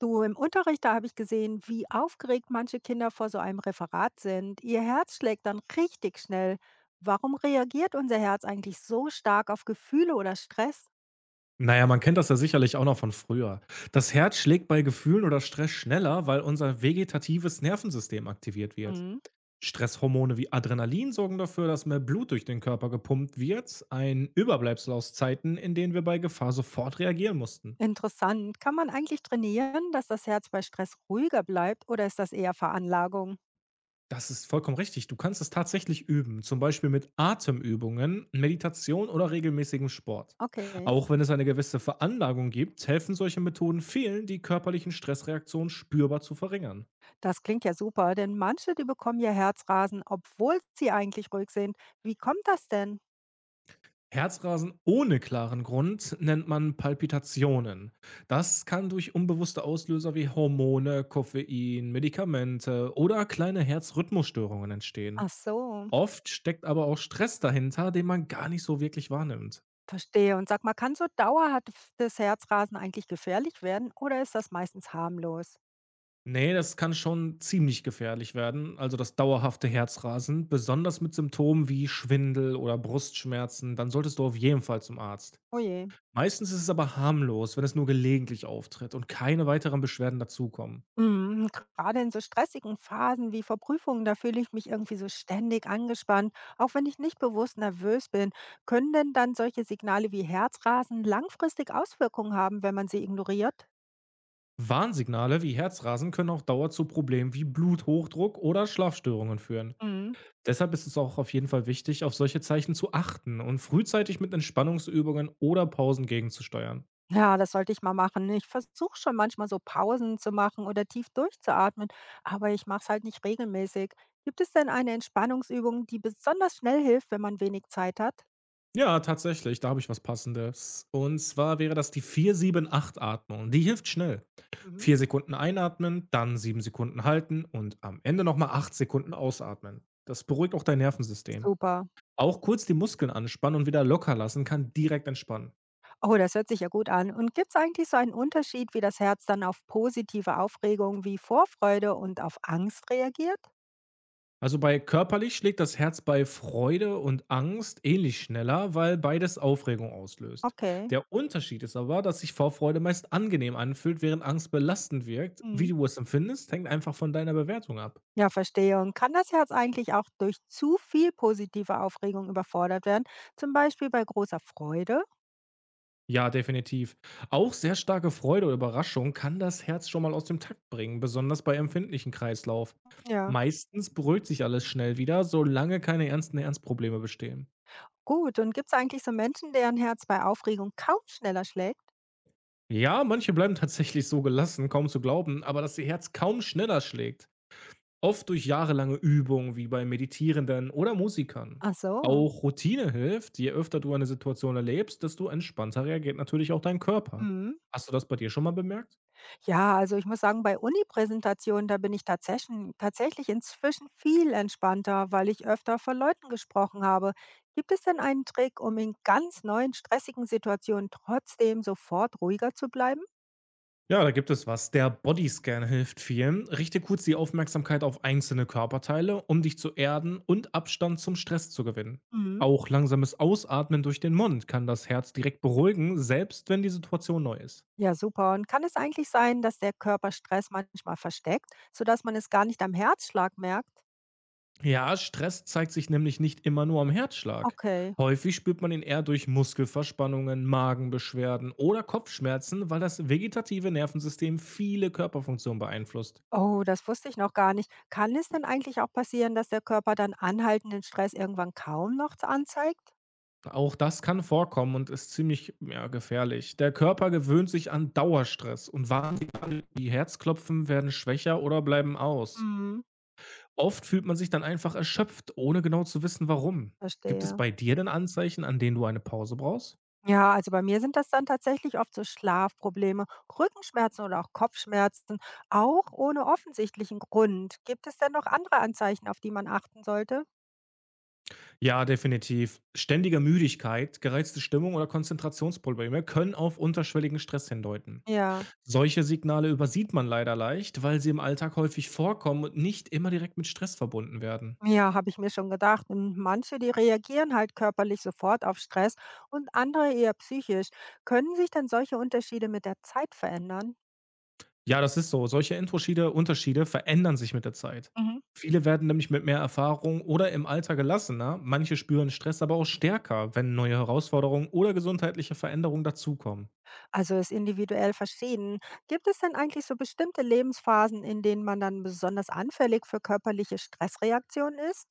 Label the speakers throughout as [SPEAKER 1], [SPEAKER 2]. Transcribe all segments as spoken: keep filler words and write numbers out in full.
[SPEAKER 1] Du, im Unterricht, da habe ich gesehen, wie aufgeregt manche Kinder vor so einem Referat sind. Ihr Herz schlägt dann richtig schnell. Warum reagiert unser Herz eigentlich so stark auf Gefühle oder Stress?
[SPEAKER 2] Na ja, man kennt das ja sicherlich auch noch von früher. Das Herz schlägt bei Gefühlen oder Stress schneller, weil unser vegetatives Nervensystem aktiviert wird.
[SPEAKER 1] Mhm.
[SPEAKER 2] Stresshormone wie Adrenalin sorgen dafür, dass mehr Blut durch den Körper gepumpt wird, ein Überbleibsel aus Zeiten, in denen wir bei Gefahr sofort reagieren mussten.
[SPEAKER 1] Interessant. Kann man eigentlich trainieren, dass das Herz bei Stress ruhiger bleibt oder ist das eher Veranlagung?
[SPEAKER 2] Das ist vollkommen richtig. Du kannst es tatsächlich üben, zum Beispiel mit Atemübungen, Meditation oder regelmäßigem Sport.
[SPEAKER 1] Okay.
[SPEAKER 2] Auch wenn es eine gewisse Veranlagung gibt, helfen solche Methoden vielen, die körperlichen Stressreaktionen spürbar zu verringern.
[SPEAKER 1] Das klingt ja super, denn manche, die bekommen ihr Herzrasen, obwohl sie eigentlich ruhig sind. Wie kommt das denn?
[SPEAKER 2] Herzrasen ohne klaren Grund nennt man Palpitationen. Das kann durch unbewusste Auslöser wie Hormone, Koffein, Medikamente oder kleine Herzrhythmusstörungen entstehen.
[SPEAKER 1] Ach so.
[SPEAKER 2] Oft steckt aber auch Stress dahinter, den man gar nicht so wirklich wahrnimmt.
[SPEAKER 1] Verstehe. Und sag mal, kann so dauerhaftes Herzrasen eigentlich gefährlich werden oder ist das meistens harmlos?
[SPEAKER 2] Nee, das kann schon ziemlich gefährlich werden, also das dauerhafte Herzrasen, besonders mit Symptomen wie Schwindel oder Brustschmerzen, dann solltest du auf jeden Fall zum Arzt.
[SPEAKER 1] Oh je.
[SPEAKER 2] Meistens ist es aber harmlos, wenn es nur gelegentlich auftritt und keine weiteren Beschwerden dazukommen.
[SPEAKER 1] Mhm. Gerade in so stressigen Phasen wie vor Prüfungen, da fühle ich mich irgendwie so ständig angespannt, auch wenn ich nicht bewusst nervös bin. Können denn dann solche Signale wie Herzrasen langfristig Auswirkungen haben, wenn man sie ignoriert?
[SPEAKER 2] Warnsignale wie Herzrasen können auch Dauer zu Problemen wie Bluthochdruck oder Schlafstörungen führen. Deshalb ist es auch auf jeden Fall wichtig, auf solche Zeichen zu achten und frühzeitig mit Entspannungsübungen oder Pausen gegenzusteuern.
[SPEAKER 1] Ja, das sollte ich mal machen. Ich versuche schon manchmal so Pausen zu machen oder tief durchzuatmen, aber ich mache es halt nicht regelmäßig. Gibt es denn eine Entspannungsübung, die besonders schnell hilft, wenn man wenig Zeit hat?
[SPEAKER 2] Ja, tatsächlich, da habe ich was Passendes. Und zwar wäre das die vier sieben acht atmung. Die hilft schnell.
[SPEAKER 1] Mhm.
[SPEAKER 2] Vier Sekunden einatmen, dann sieben Sekunden halten und am Ende nochmal acht Sekunden ausatmen. Das beruhigt auch dein Nervensystem.
[SPEAKER 1] Super.
[SPEAKER 2] Auch kurz die Muskeln anspannen und wieder locker lassen kann direkt entspannen.
[SPEAKER 1] Oh, das hört sich ja gut an. Und gibt es eigentlich so einen Unterschied, wie das Herz dann auf positive Aufregung wie Vorfreude und auf Angst reagiert?
[SPEAKER 2] Also bei körperlich schlägt das Herz bei Freude und Angst ähnlich schneller, weil beides Aufregung auslöst.
[SPEAKER 1] Okay.
[SPEAKER 2] Der Unterschied ist aber, dass sich Vorfreude meist angenehm anfühlt, während Angst belastend wirkt. Wie
[SPEAKER 1] Mhm.
[SPEAKER 2] du es empfindest, hängt einfach von deiner Bewertung ab.
[SPEAKER 1] Ja, verstehe. Und kann das Herz eigentlich auch durch zu viel positive Aufregung überfordert werden? Zum Beispiel bei großer Freude?
[SPEAKER 2] Ja, definitiv. Auch sehr starke Freude oder Überraschung kann das Herz schon mal aus dem Takt bringen, besonders bei empfindlichen Kreislauf.
[SPEAKER 1] Ja.
[SPEAKER 2] Meistens beruhigt sich alles schnell wieder, solange keine ernsten Ernstprobleme bestehen.
[SPEAKER 1] Gut, und gibt es eigentlich so Menschen, deren Herz bei Aufregung kaum schneller schlägt?
[SPEAKER 2] Ja, manche bleiben tatsächlich so gelassen, kaum zu glauben, aber dass ihr Herz kaum schneller schlägt. Oft durch jahrelange Übung, wie bei Meditierenden oder Musikern.
[SPEAKER 1] Ach so.
[SPEAKER 2] Auch Routine hilft. Je öfter du eine Situation erlebst, desto entspannter reagiert natürlich auch dein Körper.
[SPEAKER 1] Mhm.
[SPEAKER 2] Hast du das bei dir schon mal bemerkt?
[SPEAKER 1] Ja, also ich muss sagen, bei Uni-Präsentationen, da bin ich tatsächlich, tatsächlich inzwischen viel entspannter, weil ich öfter vor Leuten gesprochen habe. Gibt es denn einen Trick, um in ganz neuen, stressigen Situationen trotzdem sofort ruhiger zu bleiben?
[SPEAKER 2] Ja, da gibt es was. Der Bodyscan hilft vielen. Richte kurz die Aufmerksamkeit auf einzelne Körperteile, um dich zu erden und Abstand zum Stress zu gewinnen.
[SPEAKER 1] Mhm.
[SPEAKER 2] Auch langsames Ausatmen durch den Mund kann das Herz direkt beruhigen, selbst wenn die Situation neu ist.
[SPEAKER 1] Ja, super. Und kann es eigentlich sein, dass der Körper Stress manchmal versteckt, sodass man es gar nicht am Herzschlag merkt?
[SPEAKER 2] Ja, Stress zeigt sich nämlich nicht immer nur am Herzschlag.
[SPEAKER 1] Okay.
[SPEAKER 2] Häufig spürt man ihn eher durch Muskelverspannungen, Magenbeschwerden oder Kopfschmerzen, weil das vegetative Nervensystem viele Körperfunktionen beeinflusst.
[SPEAKER 1] Oh, das wusste ich noch gar nicht. Kann es denn eigentlich auch passieren, dass der Körper dann anhaltenden Stress irgendwann kaum noch anzeigt?
[SPEAKER 2] Auch das kann vorkommen und ist ziemlich ja, gefährlich. Der Körper gewöhnt sich an Dauerstress und Warnsignale wie Herzklopfen werden schwächer oder bleiben aus.
[SPEAKER 1] Mhm.
[SPEAKER 2] Oft fühlt man sich dann einfach erschöpft, ohne genau zu wissen warum. Gibt es
[SPEAKER 1] Verstehe.
[SPEAKER 2] bei dir denn Anzeichen, an denen du eine Pause brauchst?
[SPEAKER 1] Ja, also bei mir sind das dann tatsächlich oft so Schlafprobleme, Rückenschmerzen oder auch Kopfschmerzen, auch ohne offensichtlichen Grund. Gibt es denn noch andere Anzeichen, auf die man achten sollte?
[SPEAKER 2] Ja, definitiv. Ständige Müdigkeit, gereizte Stimmung oder Konzentrationsprobleme können auf unterschwelligen Stress hindeuten.
[SPEAKER 1] Ja,
[SPEAKER 2] Solche Signale übersieht man leider leicht, weil sie im Alltag häufig vorkommen und nicht immer direkt mit Stress verbunden werden.
[SPEAKER 1] ja, habe ich mir schon gedacht. Und manche, die reagieren halt körperlich sofort auf Stress und andere eher psychisch. Können sich denn solche Unterschiede mit der Zeit verändern?
[SPEAKER 2] Ja, das ist so. Solche Unterschiede, Unterschiede verändern sich mit der Zeit.
[SPEAKER 1] Mhm.
[SPEAKER 2] Viele werden nämlich mit mehr Erfahrung oder im Alter gelassener, manche spüren Stress aber auch stärker, wenn neue Herausforderungen oder gesundheitliche Veränderungen dazukommen.
[SPEAKER 1] Also ist individuell verschieden. Gibt es denn eigentlich so bestimmte Lebensphasen, in denen man dann besonders anfällig für körperliche Stressreaktionen ist?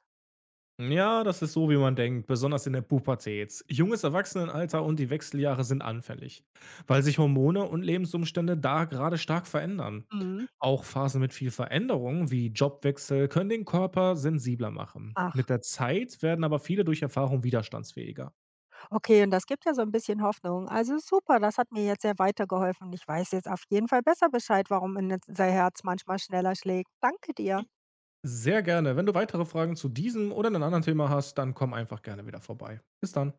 [SPEAKER 2] Ja, das ist so, wie man denkt, besonders in der Pubertät. Junges Erwachsenenalter und die Wechseljahre sind anfällig, weil sich Hormone und Lebensumstände da gerade stark verändern.
[SPEAKER 1] Mhm.
[SPEAKER 2] Auch Phasen mit viel Veränderung, wie Jobwechsel, können den Körper sensibler machen. Mit
[SPEAKER 1] Ach,
[SPEAKER 2] der Zeit werden aber viele durch Erfahrung widerstandsfähiger.
[SPEAKER 1] okay, und das gibt ja so ein bisschen Hoffnung. Also super, das hat mir jetzt sehr weitergeholfen. Ich weiß jetzt auf jeden Fall besser Bescheid, warum unser Herz manchmal schneller schlägt. Danke dir.
[SPEAKER 2] Sehr gerne. Wenn du weitere Fragen zu diesem oder einem anderen Thema hast, dann komm einfach gerne wieder vorbei. Bis dann.